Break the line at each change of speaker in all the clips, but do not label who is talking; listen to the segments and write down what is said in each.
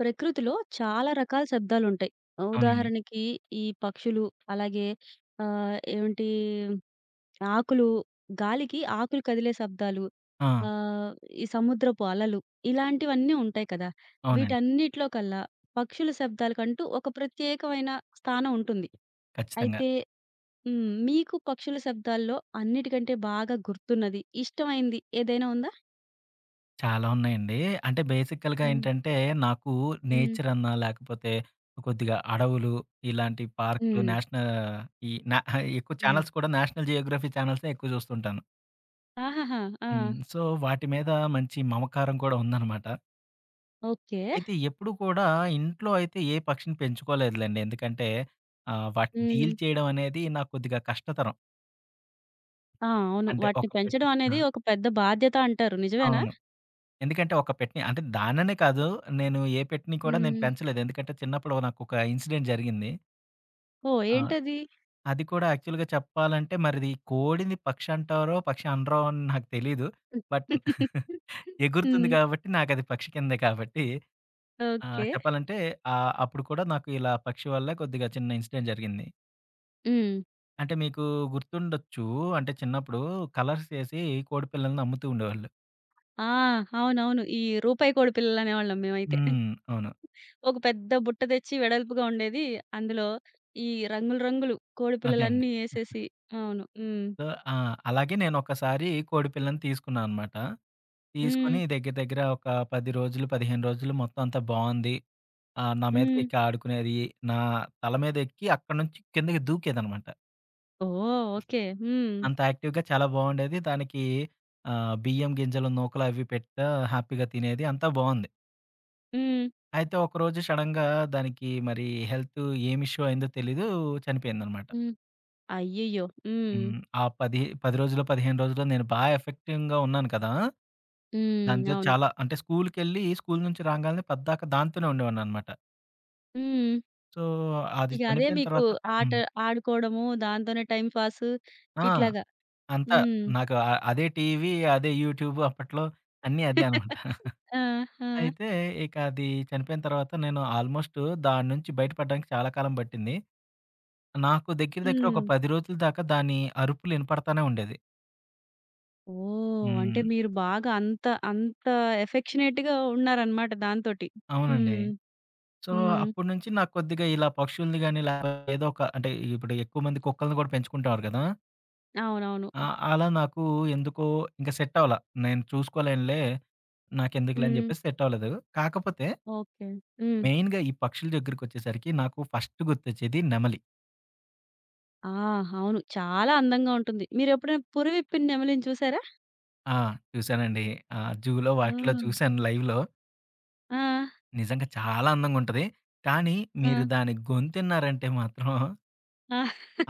ప్రకృతిలో చాలా రకాల శబ్దాలుంటాయి.
అవునండి.
ఉదాహరణకి ఈ పక్షులు, అలాగే ఆహ్, ఏంటి ఆకులు, గాలికి ఆకులు కదిలే శబ్దాలు,
ఆ!
ఆహ్, ఈ సముద్రపు అలలు ఇలాంటివన్నీ ఉంటాయి కదా!
అవునండి.
వీటన్నిటిలో కల్లా పక్షుల శబ్దాలకంటూ ఒక ప్రత్యేకమైన స్థానం ఉంటుంది.
ఖచ్చితంగా.
అయితే హ్మ్. మీకు పక్షుల శబ్దాల్లో అన్నిటికంటే బాగా గుర్తున్నది, ఇష్టమైంది ఏదైనా ఉందా?
చాలా ఉన్నాయండి. అంటే బేసికల్‌గా
హ్మ్.
ఏంటంటే, నాకు
హ్మ్.
నేచర్ అన్నా, లేకపోతే కొద్దిగా అడవులు, ఇలాంటి పార్కులు,
హ్మ్.
నేషనల్ ఈ నా ఎక్కువ
హ్మ్.
ఛానెల్స్ కూడా నేషనల్ జియోగ్రఫీ ఛానెల్సే ఎక్కువ చూస్తుంటాను.
ఆహాహా! ఆ!
సో, వాటి మీద మంచి మమకారం కూడా ఉందనమాట.
ఓకే.
అయితే ఎప్పుడు కూడా ఇంట్లో అయితే ఏ పక్షిని పెంచుకోలేదులెండి. ఎందుకంటే, వాటిని
హ్మ్.
డీల్ చేయడం అనేది నాకు కొద్దిగా కష్టతరం.
ఆ! అవును.
అంటే
వాటిని
ఒక పెట్.
పెంచడం
ఆ!
అనేది ఒక పెద్ద బాధ్యత అంటారు. నిజమేనా?
అవును. ఎందుకంటే ఒక పెట్‌ని అంటే దాన్ననే కాదు. నేను ఏ పెట్‌ని కూడా
హ్మ్.
పెంచలేదు. ఎందుకంటే చిన్నప్పుడు నాకొక ఇన్సిడెంట్ జరిగింది.
ఓహ్!
ఆ!
ఏంటది?
అది కూడా యాక్చువల్‌గా చెప్పాలంటే మరిది కోడిని పక్షి అంటారో, పక్షి అనరో అని నాకు తెలీదు. బట్ ఎగురుతుంది
హ్మ్.
కాబట్టి నాకది పక్షి కిందే కాబట్టి ఆ!
ఓకే.
చెప్పాలంటే అప్పుడు కూడా నాకు ఇలా పక్షి వల్ల కొద్దిగా చిన్న ఇన్సిడెంట్ జరిగింది.
హ్మ్.
అంటే మీకు గుర్తుండొచ్చు. అంటే చిన్నప్పుడు కలర్స్ ఏసి కోడి పిల్లల్ని అమ్ముతూ ఉండేవాళ్ళు.
ఆ! అవునవును. ఈ రూపాయి కోడి పిల్లలనేవాళ్ళం మేమైతే.
హ్మ్. అవును.
ఒక పెద్ద బుట్ట తెచ్చి వెడల్పుగా ఉండేది. అందులో ఈ రంగులు రంగులు కోడి
అదే అండి.
పిల్లలన్నీ ఏసేసి అవును. హ్మ్.
సో, ఆ! అలాగే నేనొకసారి కోడిపిల్లని తీసుకున్నాను అనమాట.
హ్మ్.
తీసుకొని దగ్గర దగ్గర ఒక 10 రోజులు, 15 రోజులు మొత్తం అంతా బావుంది. నా
హ్మ్.
మీదకెక్కి ఆడుకునేది. నా తల మీద ఎక్కి అక్కడి నుంచి కిందకి దూకేదనమాట.
ఓహ్! ఓకే. హ్మ్.
అంత యాక్టివ్‌గా చాలా బావుండేది. దానికి బియ్యం గింజలు నూకలు అవి పెడతా హ్యాపీగా తినేది. అంతా బావుంది.
హ్మ్.
అయితే ఒకరోజు సడెన్‌గా దానికి మరి హెల్త్ ఏం ఇష్యూ అయిందో తెలీదు చనిపోయిందనమాట.
హ్మ్. అయ్యయ్యో! హ్మ్.
హ్మ్. ఆ 10 రోజులో, 15 రోజుల్లో నేను ఎఫెక్టివ్‌గా ఉన్నాను కదా!
హ్మ్.
దాంతో
అవును.
చాలా అంటే స్కూలుకెళ్ళి, స్కూలు నుంచి రాంగాల్నే పద్దాకా దాంతోనే ఉండేవాడిననమాట.
హ్మ్.
సో, అది
ఇక అదే
చనిపోయిన
మీకు
తర్వాత
ఆట
హ్మ్.
ఆడుకోవడము, దాంతోనే టైమ్ పాసు
ఆ!
ఇట్లాగా.
అంతా
హ్మ్.
నాకు అదే టీవీ, అదే యూట్యూబ్ అప్పట్లో అన్నీ అదే అనమాట.
ఆ! ఆ!
అయితే ఇక అది చనిపోయిన తర్వాత నేను ఆల్మోస్ట్ దాని నుంచి బయటపడడానికి చాలా కాలం పట్టింది. నాకు దగ్గర దగ్గర ఒక
హ్మ్.
10 రోజుల దాకా దాని అరుపులు ఇనపడతానే ఉండేది.
ఓహ్! అంటే
హ్మ్.
మీరు బాగా అంత, అంత ఎఫెక్షనేట్‌గా ఉన్నారనమాట దాంతోటి.
అవునండి.
హ్మ్.
సో,
హ్మ్.
అప్పటినుంచి నాకు కొద్దిగా ఇలా పక్షుల్ని గాని, లేకపోతే ఏదో ఒక అంటే ఇప్పుడు ఎక్కువ మంది కుక్కల్ని కూడా పెంచుకుంటారు కదా!
అవునవును.
అలా నాకు ఎందుకో ఇంక సెట్ అవ్వలా. నేను చూసుకోలేనులే, నాకెందుకులే అని
హ్మ్.
చెప్పేసి సెట్ అవ్వలేదు. కాకపోతే
ఓకే. హ్మ్.
మెయిన్‌గా ఈ పక్షుల దగ్గరికొచ్చేసరికి నాకు ఫస్ట్ గుర్తొచ్చేది నెమలి.
ఆ! అవును. చాలా అందంగా ఉంటుంది. మీరెప్పుడైనా పురవిప్పిన నెమలిని చూసారా?
ఆ! చూసానండి. జూలో
ఆ!
వాటిలో చూసాను లైవ్‌లో.
ఆ!
నిజంగా చాలా అందంగుంటది. కానీ
ఆ!
మీరు దాని గొంతిన్నారంటే మాత్రం
ఆ!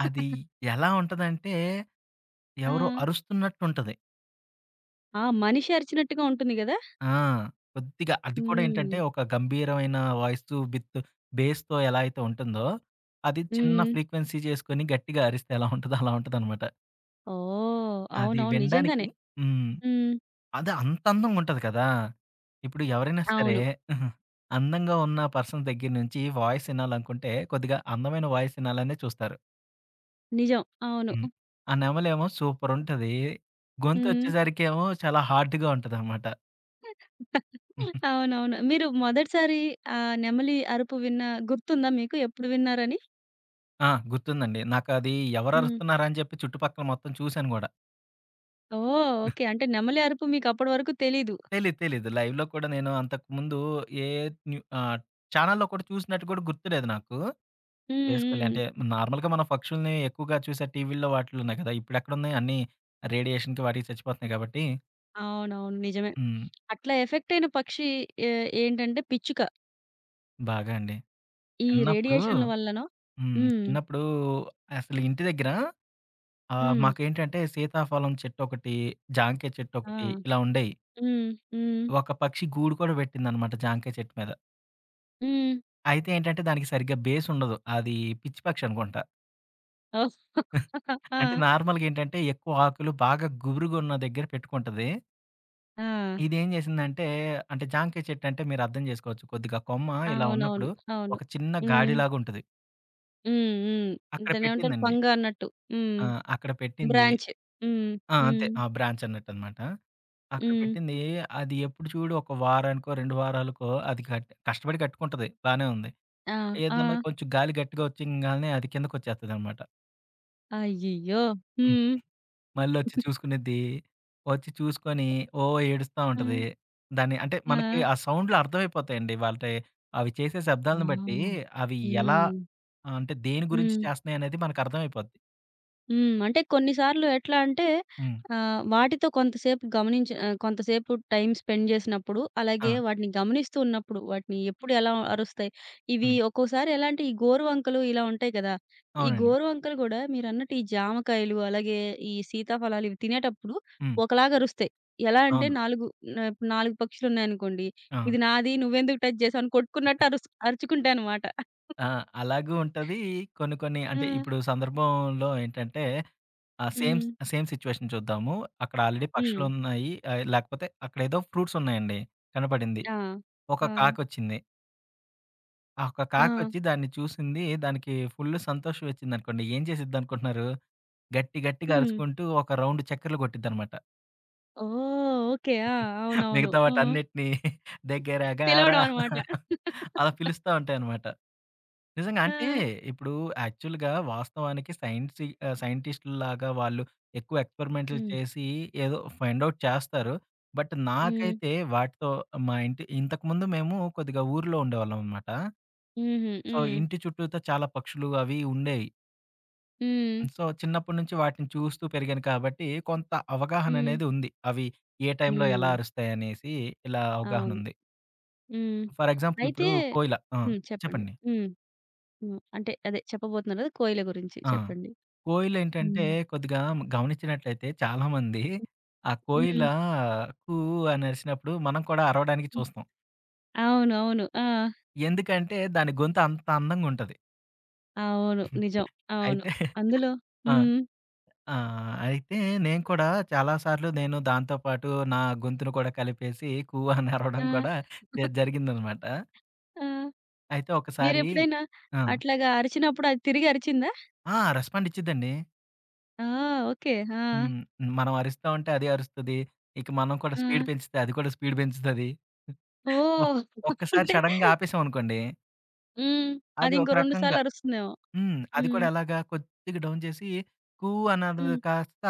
అది ఎలా ఉంటదంటే
ఆ!
ఎవరో అరుస్తున్నట్టుంటది.
ఆ! మనిషి అరిచినట్టుగా ఉంటుంది గదా!
ఆ! కొద్దిగా అది కూడా
హ్మ్.
ఏంటంటే, ఒక గంభీరమైన వాయిస్ విత్ బేస్‌తో ఎలా అయితే ఉంటుందో, అది చిన్న
హ్మ్.
ఫ్రీక్వెన్సీ చేసుకొని గట్టిగా అరిస్తే ఎలా ఉంటదో అలా ఉంటదనమాట.
ఓహ్!
అది
అవునవును.
వినడానికి
నిజంగానే.
హ్మ్.
హ్మ్.
అదే అంత అందంగా ఉంటది కదా! ఇప్పుడు ఎవరైనా సరే
అవును.
అందంగా ఉన్న పర్సన్ దగ్గర నుంచి వాయిస్ ఇనాలనుకుంటే, కొద్దిగా అందమైన వాయిస్ ఇనాలనే చూస్తారు.
నిజం. అవును.
హ్మ్. ఆ నెమలేమో సూపరుంటది.
హ్మ్.
గొంతొచ్చేసరికేమో చాలా హార్డ్‌గా ఉంటదనమాట.
అవునవును. మీరు మొదటిసారి ఆ నెమలి అరుపు విన్న గుర్తుందా మీకు? ఎప్పుడు విన్నారని?
ఆ! గుర్తుందండి. నాకది
హ్మ్.
ఎవరరుస్తున్నారా అని చెప్పి చుట్టుపక్కల మొత్తం చూసాను గూడా.
ఓహ్! ఓకే. అంటే నెమలి అరుపు మీకప్పటి వరకు తెలీదు.
తెలీదు, తెలీదు. లైవ్‌లో కూడా నేను అంతకుముందు ఏ న్యూ ఛానెల్‌లో కూడా చూసినట్టు కూడా గుర్తులేదు నాకు.
హ్మ్.
బేసికల్లీ
హ్మ్.
అంటే నార్మల్‌గా మనం పక్షుల్ని ఎక్కువగా చూసే టీవీల్లో వాటిల్లో ఉన్నాయి కదా! ఇప్పుడెక్కడున్నాయి అన్నీ రేడియేషన్‌కి వాటికి చచ్చిపోతున్నాయి కాబట్టి.
అవునవును. నిజమే.
హ్మ్.
అట్లా ఎఫెక్ట్ అయిన పక్షి ఏ ఏంటంటే పిచ్చుక.
బాగా అండి.
ఈ
చిన్నప్పుడు
రేడియేషన్‌ల వల్లనో
హ్మ్.
హ్మ్.
చిన్నప్పుడు అసలు ఇంటి దగ్గర
హ్మ్.
మాకేంటంటే సీతాఫలం చెట్టొకటి, జాంకాయ
ఆ!
చెట్టొకటి ఇలా ఉండేయి.
హ్మ్. హ్మ్.
ఒక పక్షి గూడు కూడా పెట్టిందనమాట జాంకాయ చెట్టు మీద.
హ్మ్.
అయితే ఏంటంటే దానికి సరిగ్గా బేస్ ఉండదు. అది పిచ్చి పక్షి అనుకుంటా.
ఓహ్! ఆ!
అంటే నార్మల్‌గా ఏంటంటే ఎక్కువ ఆకులు బాగా గుబురుగున్న దగ్గర పెట్టుకుంటది.
ఆ!
ఇదేం చేసిందంటే అంటే జాంకాయ చెట్టు అంటే మీరు అర్థం చేసుకోవచ్చు. కొద్దిగా కొమ్మ ఇలా
అవునవును.
ఉన్నప్పుడు
అవును.
ఒక చిన్న
హ్మ్.
గాడిలాగా ఉంటది.
హ్మ్. హ్మ్.
అక్కడ
దాన్నేమంటారు
పెట్టిందండి.
పంగా అన్నట్టు. హ్మ్.
ఆ! అక్కడ పెట్టింది.
బ్రాంచ్. హ్మ్.
ఆ! అంతే.
హ్మ్.
ఆ! బ్రాంచ్ అన్నట్టనమాట. అక్కడ
హ్మ్.
పెట్టింది. అది ఎప్పుడు చూడు ఒక వారానికో, 2 వారాలకో అది కష్టపడి కట్టుకుంటది. బానే ఉంది.
ఆ! ఆ!
ఏదన్నా కొంచెం గాలి గట్టిగా వచ్చింగాల్నే అది కిందకొచ్చేస్తదనమాట.
అయ్యయ్యో! హ్మ్.
మళ్ళొచ్చి చూసుకునిద్ది. వచ్చి చూసుకొని ఓ ఏడుస్తా
ఆ!
ఉంటది. దాన్ని అంటే
ఆ!
మనకి ఆ సౌండ్‌లు అర్థమైపోతాయండి. వాళ్ళటే అవి చేసే
ఆ!
శబ్దాలను బట్టి అవి ఎలా
హ్మ్.
అంటే దేని గురించి
హ్మ్.
చేస్తున్నాయనేది మనకర్థమైపోద్ది.
హ్మ్. అంటే కొన్నిసార్లు ఎట్లా అంటే
హ్మ్.
వాటితో కొంతసేపు గమనించి కొంతసేపు టైమ్ స్పెండ్ జేసినప్పుడు,
ఆ!
అలాగే వాటిని గమనిస్తూ ఉన్నప్పుడు, వాటిని ఎప్పుడు ఎలా అరుస్తాయి, ఇవి
హ్మ్.
ఒక్కోసారి ఎలా అంటే, ఈ గోరువంకలు ఇలా ఉంటాయి కదా! ఈ
అవునండి.
గోరువంకలు గూడా మీరన్నట్టు ఈ జామకాయలు, అలాగే ఈ సీతాఫలాలు ఇవి తినేటప్పుడు
హ్మ్.
ఒకలాగా అరుస్తాయి. ఎలా అంటే
అవును.
4 న ఇప్పుడు 4 పక్షులున్నాయనుకోండి,
ఆ!
ఇది నాది నువ్వెందుకు టచ్ జేసావు అని కొట్టుకున్నట్టు అరుచుకుంటాయనమాట.
ఆ! అలాగూ ఉంటది. కొన్ని కొన్ని అంటే
హ్మ్.
ఇప్పుడు సందర్భంలో ఏంటంటే సేమ్
హ్మ్.
సేమ్ సిట్యుయేషన్ చూద్దాము. అక్కడ ఆల్రెడీ
హ్మ్.
పక్షులున్నాయి. లేకపోతే అక్కడేదో ఫ్రూట్సున్నాయండి. కనపడింది.
ఆ!
ఒక
ఆ!
కాకొచ్చింది. ఆ! ఒక
ఆ!
కాకొచ్చి దాన్ని చూసింది. దానికి ఫుల్ సంతోషం వచ్చిందనుకోండి. ఏం చేసిద్దనుకుంటున్నారు? గట్టి గట్టిగా
హ్మ్.
అరుచుకుంటూ ఒక రౌండ్ చక్కర్లు కొట్టిద్దనమాట.
ఓహ్! ఓకే. ఆ! అవునవును.
మిగతా
హ్మ్.
వాటన్నిటిని దగ్గర
పిలవడం
గారా
అనమాట.
అలా పిలుస్తా ఉంటాయనమాట. నిజంగా
ఆ!
అంటే ఇప్పుడు యాక్చువల్‌గా వాస్తవానికి సైంటిస్ట్‌ల్లాగా వాళ్ళు ఎక్కువ ఎక్స్‌పెరిమెంట్లు
హ్మ్.
చేసి ఏదో ఫైండ్ ఔట్ చేస్తారు. బట్
హ్మ్.
నాకైతే వాటితో మా ఇంటి ఇంతకుముందు మేము కొద్దిగా ఊర్లో ఉండేవాళ్ళమనమాట.
హుహు.
సో,
హ్మ్.
ఇంటి చుట్టూతా చాలా పక్షులు అవి ఉండేవి.
హ్మ్.
సో, చిన్నప్పటి నుంచి వాటిని చూస్తూ పెరిగాను కాబట్టి, కొంత అవగాహన
హ్మ్.
అనేది ఉంది. అవి ఏ టైంలో ఎలా
హ్మ్.
అరుస్తాయనేసి ఇలా
అవును.
అవగాహనుంది.
హ్మ్.
ఫర్ ఎగ్జాంపుల్
అయితే
ఇప్పుడు కోయిల ఆ!
హ్మ్. చెప్పండి.
చెప్పండి.
హ్మ్. హ్మ్. అంటే అదే చెప్పబోతున్నారు కదా! కోయిల గురించి
ఆ!
చెప్పండి.
కోయిలేంటంటే
హ్మ్.
కొద్దిగా గమనించినట్లయితే చాలామంది ఆ కోయిల
హ్మ్.
కూ అని అరిసినప్పుడు మనం కూడా అరవడానికి
హ్మ్.
చూస్తాం.
అవును. అవును. ఆ!
ఎందుకంటే దాని గొంతు అంత అందంగుంటది.
అవును. నిజం. అవును.
అయితే
అందులో
ఆ!
హ్మ్.
ఆ! అయితే నేను కూడా చాలా సార్లు దాంతో పాటు నా గొంతును కూడా కలిపేసి కూ అని
ఆ!
అరవడం కూడా జరిగిందనమాట.
ఆ!
అయితే ఒకసారి
మీరెప్పుడైనా
ఆ!
అట్లాగా అరిచినప్పుడు అది తిరిగి అరిచిందా?
ఆ! రెస్పాండ్ ఇచ్చిద్దండి.
ఆ! ఓకే. ఆ!
హ్మ్. మనం అరుస్తా ఉంటే అది అరుస్తది. ఇక మనం కూడా
ఆ!
స్పీడ్ పెంచితే అది కూడా స్పీడ్ పెంచుతది. ఒక్
ఓహ్!
ఒక్కసారి
అంటే
సడెన్‌గా ఆపేసామనుకోండి,
హ్మ్. అది
అది ఒక
ఇంకో 2 సార్లు
రకంగా
అరుస్తుందేమో.
హ్మ్. అది
హ్మ్.
కూడా ఎలాగా కొద్దిగా డౌన్ చేసి కూ అన్నది
హ్మ్.
కాస్త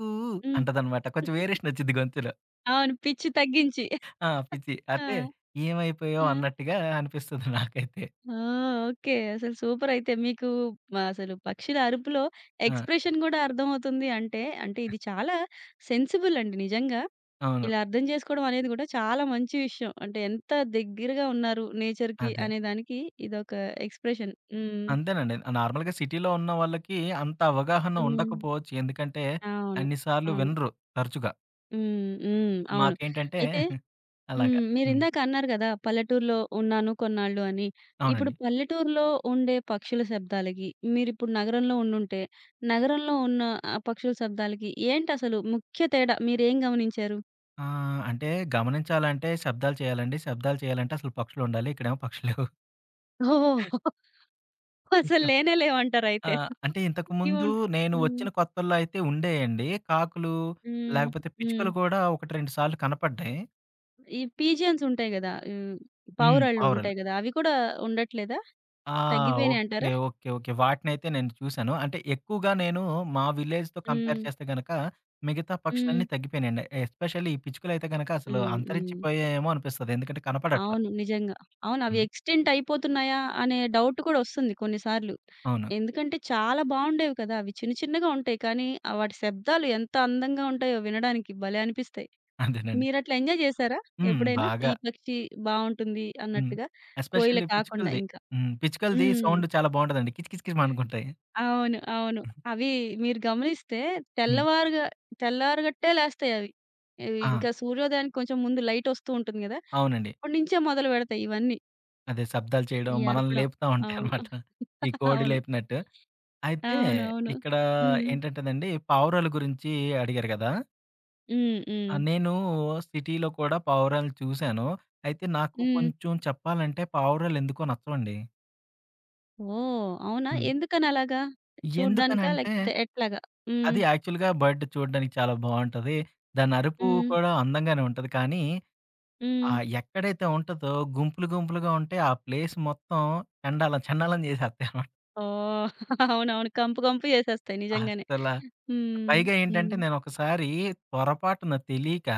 కూ
హ్మ్.
అంటదనమాట. కొంచెం వేరియేషన్ వచ్చిద్ది గొంతులో.
అవును. పిచ్చి తగ్గించి.
ఆ! పిచ్చి.
ఆ!
అంటే
ఆ!
ఏమైపోయావు అన్నట్టుగా అనిపిస్తుంది నాకైతే.
ఆ! ఓకే. అసలు సూపరయితే. మీకు అసలు పక్షుల అరుపులో
ఆ!
ఎక్స్‌ప్రెషన్ గూడా అర్థమవుతుంది అంటే, అంటే ఇది చాలా సెన్సిబుల్ అండి నిజంగా.
అవును.
ఇలా అర్థం చేసుకోవడం అనేది గూడా చాలా మంచి విషయం. అంటే ఎంత దగ్గరగా ఉన్నారు నేచర్‌కి
అదే.
అనే దానికి ఇదొక ఎక్స్‌ప్రెషన్. హ్మ్.
అంతేనండి. నార్మల్‌గా సిటీలో ఉన్న వాళ్ళకి అంత అవగాహన
హ్మ్.
ఉండకపోవచ్చు. ఎందుకంటే
అవును.
అన్ని సార్లు
అవును.
వినరు తరచుగా.
హ్మ్. హ్మ్. అవును.
మాకేంటంటే
అయితే హ్మ్.
అలాగా. హ్మ్.
మీరిందాక అన్నారు గదా! పల్లెటూరులో ఉన్నాను కొన్నాళ్ళు అని. ఇప్పుడు
అవునండి.
పల్లెటూరులో ఉండే పక్షుల శబ్దాలకి, మీరిప్పుడు నగరంలో ఉండుంటే, నగరంలో ఉన్న ఆ పక్షుల శబ్దాలకి ఏంటసలు ముఖ్య తేడా? మీరేం గమనించారు?
అంటే గమనించాలంటే శబ్దాలు చేయాలండి. శబ్దాలు చేయాలంటే అసలు పక్షులుండాలి. ఇక్కడేమో పక్షులు లేవు.
ఓహ్! అసలు
ఇక
లేనే
ఆ!
లేవంటారయితే.
అంటే ఇంతకుముందు
ఇవున్
నేను
హ్మ్.
వచ్చిన కొత్తల్లో అయితే ఉండేయండి. కాకులు
హ్మ్.
లేకపోతే
హ్మ్.
పిచ్చుకలు కూడా 1, 2 సార్లు కనపడ్డాయి.
ఈ పీజియన్స్ ఉంటాయి గదా! హ్మ్.
హ్మ్.
పావురాళ్ళు
పావురాలు.
ఉంటాయి గదా! అవి కూడా ఉండట్లేదా?
ఆ! ఓకే.
తగ్గిపోయినాయంటారా?
ఓకే. ఓకే. వాటినైతే నేను చూసాను. అంటే ఎక్కువగా నేను మా విలేజ్‌తో కంపేర్
హ్మ్.
చేస్తే గనక మిగతా
హ్మ్.
పక్షులన్నీ తగ్గిపోయినాయండి. ఎస్పెషల్లీ ఈ పిచ్చుకలైతే గనక అసలు
హ్మ్. హ్మ్.
అంతరించిపోయాయేమో అనిపిస్తది. ఎందుకంటే కనపడట్లా.
అవును. నిజంగా. అవును. అవి
హ్మ్.
ఎక్స్‌టెంట్ అయిపోతున్నాయా? అనే డౌట్ కూడా ఒస్తుంది కొన్నిసార్లు.
అవును.
ఎందుకంటే చాలా బావుండేవి కదా! అవి చిన్న చిన్నగా ఉంటాయి. కానీ ఆ వాటి శబ్దాలు ఎంత అందంగా ఉంటాయో వినడానికి భలే అనిపిస్తాయి.
అదేనండి.
మీరట్లా ఎంజాయ్ జేశారా
హ్మ్.
ఎప్పుడైనా? ఈ
బాగా.
పక్షి బావుంటుంది
హ్మ్.
అన్నట్టుగా. కోయిల
ఎస్పెషల్లీ
కాకుండా
పిచ్చుకలది.
ఇంకా.
హ్మ్. పిచ్చుకలది
హ్మ్.
సౌండ్ చాలా బావుంటదండి. కిచ్ కిచ్ కిచ్ మనుకుంటాయి.
అవును. అవును. అవి మీరు గమనిస్తే
హ్మ్.
తెల్లవారుగా తెల్లారగట్టే లేస్తాయవి. ఇవి
ఆ!
ఇంకా సూర్యోదయానికి కొంచెం ముందు లైటొస్తూ ఉంటుంది గదా!
అవునండి.
అప్పటినుంచే మొదలు బెడతాయి ఇవన్నీ.
అదే శబ్దాలు చేయడం
ఈ
మనల్ని
అరపడం.
లేపుతా
అవును.
ఉంటాయన్నమాట. ఈ కోడి
అవును.
లేపినట్టు. అయితే
అవునవును.
ఇక్కడ
హ్మ్.
ఏంటంటేనండి పావురాల గురించి అడిగారు గదా!
హ్మ్. హ్మ్.
ఆ! నేను సిటీలో కూడా పావురాలు చూసాను. అయితే నాకు
హ్మ్.
కొంచెం చెప్పాలంటే పావురాలు ఎందుకో నచ్చవండి.
ఓహ్! అవునా?
హ్మ్.
ఎందుకని అలాగా? చూడ్డానికా?
ఎందుకనంటే
లేకపోతే ఎట్లాగా? హ్మ్.
అది యాక్చువల్‌గా బర్డ్ చూడడానికి చాలా బావుంటది. దాని అరుపు
హ్మ్.
కూడా అందంగానే ఉంటది. కానీ
హ్మ్.
ఎక్కడైతే ఉంటదో గుంపులు గుంపులుగా ఉంటే ఆ ప్లేస్ మొత్తం చెండాలం చెండాలం చేసేస్తాయనమాట.
ఓహ్! అవునవును. కంపు కంపు చేసేస్తాయి నిజంగానే.
అస్సల
హ్మ్.
పైగా
హ్మ్.
ఏంటంటే నేనొకసారి పొరపాటున తెలీక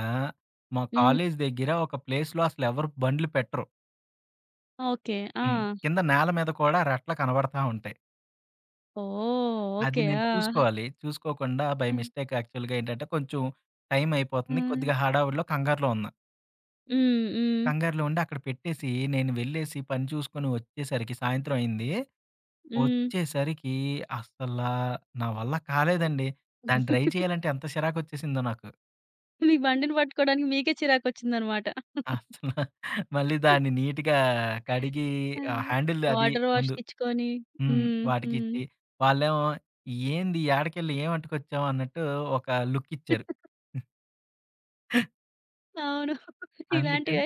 మా
హ్మ్.
కాలేజీ దగ్గర ఒక ప్లేస్‌లో అసలెవరు బండ్లు పెట్టరు.
ఓకే. ఆ!
హ్మ్. కింద నేల మీద కూడా రెట్లు కనబడతా ఉంటాయి.
ఓహ్!
అది
ఓకే.
నేను
ఆ!
చూసుకోవాలి. చూసుకోకుండా బై
ఆ!
మిస్టేక్ యాక్చువల్‌గా ఏంటంటే కొంచెం టైం
ఆ!
అయిపోతుంది. కొద్దిగా హడావుడిలో, కంగారులో ఉన్నా.
హ్మ్. హ్మ్.
కంగారులో ఉండి అక్కడ పెట్టేసి నేను వెళ్ళేసి పని చూసుకొని వచ్చేసరికి సాయంత్రం అయింది.
హ్మ్.
వచ్చేసరికి అస్సలా నా వల్ల కాలేదండి. దాన్ని డ్రై చేయాలంటే ఎంత చిరాకొచ్చేసిందో నాకు.
మీ బండిని పట్టుకోవడానికి మీకే చిరాకొచ్చిందనమాట.
అసల మళ్ళీ దాన్ని నీట్‌గా కడిగి
ఆ!
ఆ హ్యాండిల్ అది
వాటర్
ముందు
వాష్‌కిచ్చుకొని.
హ్మ్.
హ్మ్. హ్మ్.
వాటికిచ్చి, వాళ్ళేమో ఏంది యాడికెళ్ళి ఏం పట్టుకొచ్చావు అన్నట్టు ఒక లుక్ ఇచ్చారు.
అవును.
అందుకని
ఇలాంటివే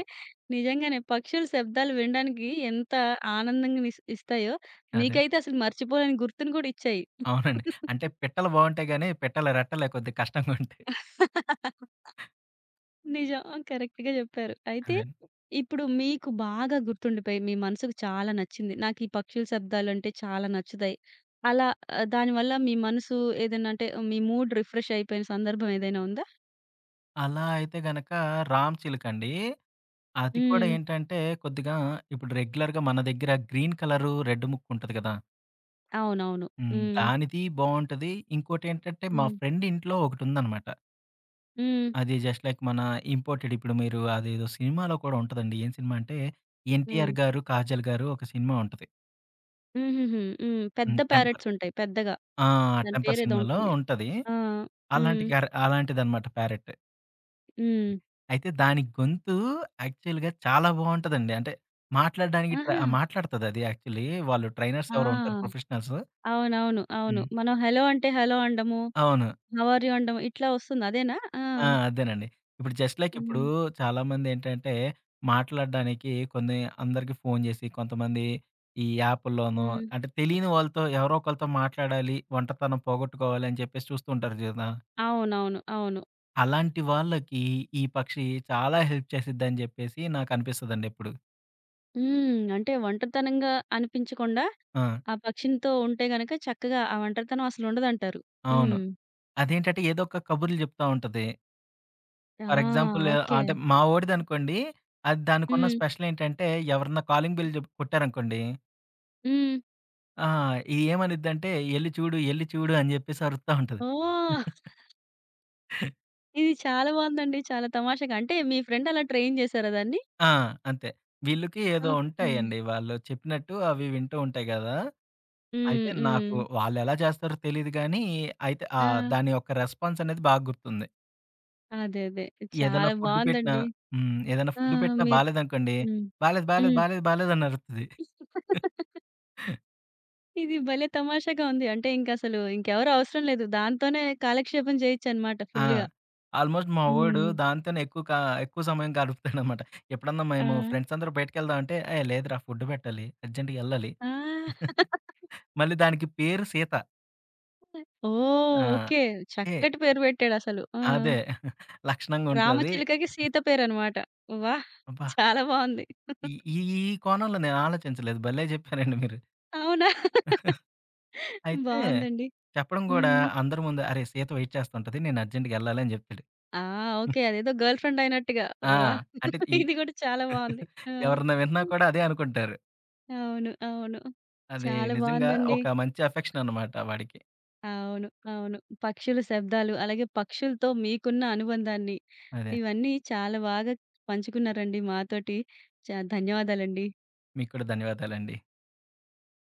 నిజంగానే పక్షుల శబ్దాలు వినడానికి ఎంత ఆనందంగా నిస్ ఇస్తాయో,
అదే.
మీకైతే అసలు మర్చిపోలేని గుర్తుని కూడా ఇచ్చాయి.
అవునండి. అంటే పిట్టలు బావుంటాయి గానీ, పిట్టల రెట్టలే కొద్దిగా కష్టంగా ఉంటాయి.
నిజం. కరెక్ట్‌గా చెప్పారు. అయితే
అదే.
ఇప్పుడు మీకు బాగా గుర్తుండిపోయి, మీ మనసుకు చాలా నచ్చింది. నాకు ఈ పక్షుల శబ్దాలంటే చాలా నచ్చుతాయి. అలా దానివల్ల మీ మనసు ఏదైనా అంటే మీ మూడ్ రిఫ్రెష్ అయిపోయిన సందర్భం ఏదైనా ఉందా?
అలా అయితే గనక రామ్ చిలుకండి. అది కూడా
హ్మ్.
ఏంటంటే కొద్దిగా ఇప్పుడు రెగ్యులర్‌గా మన దగ్గర గ్రీన్ కలరు రెడ్ ముక్కు ఉంటది కదా!
అవునవును.
హ్మ్.
హ్మ్.
దానిది బావుంటది. ఇంకోటేంటంటే మా
హ్మ్.
ఫ్రెండ్ ఇంట్లో ఒకటుందనమాట.
హ్మ్.
అది జస్ట్ లైక్ మన ఇంపోర్టెడ్ ఇప్పుడు మీరు అదేదో సినిమాలో కూడా ఉంటదండి. ఏం సినిమా అంటే
హ్మ్.
'ఎన్టీఆర్' గారు, 'కాజల్' గారు ఒక సినిమా ఉంటది.
హుహుహు. హ్మ్. పెద్ద
హ్మ్. 'టెంపర్'
ప్యారట్స్ ఉంటాయి పెద్దగా.
ఆ!
దాని
'టెంపర్'
పేరేదో
సినిమాలో
ఉంటుంది.
ఉంటది.
ఆ! హ్మ్.
అలాంటిదనమాట ప్యారెట్.
హ్మ్.
అయితే దాని గొంతు యాక్చువల్‌గా చాలా బావుంటదండి. అంటే మాట్లాడడానికి
ఆహా!
మాట్లాడతదది యాక్చువల్లీ. వాళ్ళు ట్రైనర్స్ ఎవరో ఉంటారు
ఆ!
ప్రొఫెషనల్స్.
అవునవును. అవును.
హ్మ్.
మనం హెలో అంటే హలో అనడము,
అవును.
హౌ ఆర్ యూ అనడం ఇట్లా వస్తుంది. అదేనా? ఆ!
ఆ! అదేనండి. ఇప్పుడు జస్ట్ లైక్
హ్మ్.
ఇప్పుడు చాలామందేంటంటే, మాట్లాడడానికి కొన్ని అందరికి ఫోను జేసి, కొంతమంది ఈ యాపుల్లోనో
హ్మ్.
అంటే తెలియని వాళ్ళతో ఎవరో ఒకళ్ళతో మాట్లాడాలి, ఒంటతనం పోగొట్టుకోవాలి అని చెప్పేసి చూస్తుంటారు గదా!
అవునవును. అవును.
అలాంటి వాళ్ళకి ఈ పక్షి చాలా హెల్ప్ చేసిద్దని జెప్పేసి నాకనిపిస్తదండి ఎప్పుడు.
హ్మ్. అంటే ఒంటరితనంగా అనిపించకుండా
ఆ!
ఆ పక్షినితో ఉంటే గనక చక్కగా ఆ ఒంటరితనం అసలుండదంటారు.
అవును.
హ్మ్.
అదేంటంటే ఏదో ఒక కబుర్లు జెప్తా ఉంటది.
ఆ!
For example
okay.
అంటే మా వోడిదనుకోండి, అది దానికున్న
హ్మ్.
స్పెషల్ ఏంటంటే ఎవరన్నా కాలింగ్ బెల్ జెప్ కొట్టారనుకోండి
హ్మ్.
ఆ! ఇది ఏమనిద్దంటే, "ఎళ్లి చూడు, ఎళ్లి చూడు" అని జెప్పేసి అరుస్తా ఉంటది.
ఓహ్! ఇది చాలా బావుందండి. చాలా తమాషాగా. అంటే మీ ఫ్రెండ్ అలా ట్రైన్ చేసారా దాన్ని?
ఆ! అంతే. వీళ్ళకి ఏదో
ఓకే.
ఉంటాయండి. వాళ్ళు చెప్పినట్టు అవి వింటూ ఉంటాయి గదా!
హ్మ్.
అయితే నాకు
హ్మ్.
వాళ్ళెలా చేస్తారో తెలీదు గానీ, అయితే
ఆ!
దాని యొక్క రెస్పాన్స్ అనేది బాగా గుర్తుంది.
అదే. అదే.
ఏదైనా
చాలా
ఫుడ్ పెట్టినా
బావుందండి.
హ్మ్. ఏదైనా
ఆ!
ఫుడ్ పెట్టినా
మీరు
బాలేదనుకోండి,
హ్మ్.
"బాలేదు, బాలేదు,
హ్మ్.
బాలేదు, బాలేదు" అని అరుస్తది.
ఇది భలే తమాషాగా ఉంది. అంటే ఇంకసలు ఇంకెవరు అవసరం లేదు. దాంతోనే కాలక్షేపం చేయొచ్చనమాట
ఆ!
ఫుల్‌గా.
ఆల్మోస్ట్ మా వోడు
హ్మ్.
దాంతోనే ఎక్కువ ఎక్కువ సమయం గడుపుతాడనమాట. ఎప్పుడన్నా
ఆ!
మేము ఫ్రెండ్స్ అందరూ బయటికెళ్దాం అంటే, "ఏయ్! లేదురా ఫుడ్ పెట్టాలి. అర్జెంట్‌గా ఎళ్ళాలి."
ఆ!
మళ్ళీ దానికి పేరు సీత.
ఓహ్!
ఆ!
ఓకే.
ఏ
చక్కటి పేరు పెట్టాడసలు. ఆ!
అదే లక్షణంగా ఉంటది.
రామచిలకకి సీత పేరనమాట. వాహ్!
అబ్బా!
చాలా బావుంది.
ఈ ఈ ఈ కోణంలో నేను ఆలోచించలేదు. భలే చెప్పారండి మీరు.
అవునా?
అయితే
బావుందండి.
చెప్పడం గూడా
హ్మ్.
అందరి ముందు, "అరే! సీత వెయిట్ చేస్తుంటది. నేను అర్జెంట్‌గా ఎళ్ళాలి" అని జెప్పాడు.
ఆ! ఓకే. అదేదో గర్ల్ ఫ్రెండ్ అయినట్టుగా.
ఆ!
వాహ్!
అంటే ఈ
ఇది గూడా చాలా బావుంది. ఆ!
ఎవరన్నా విన్నా కూడా అదే అనుకుంటారు.
అవును. అవును.
అది
చాలా
నిజంగా
బావుందండి.
ఒక మంచి అఫెక్షన్ అనమాట వాడికి.
అవును. అవును. పక్షుల శబ్దాలు, అలాగే పక్షులతో మీకున్న అనుబంధాన్ని,
అదే.
ఇవన్నీ చాలా బాగా పంచుకున్నారండి మాతోటి. ధన్యవాదాలండి.
మీకు కూడా ధన్యవాదాలండి.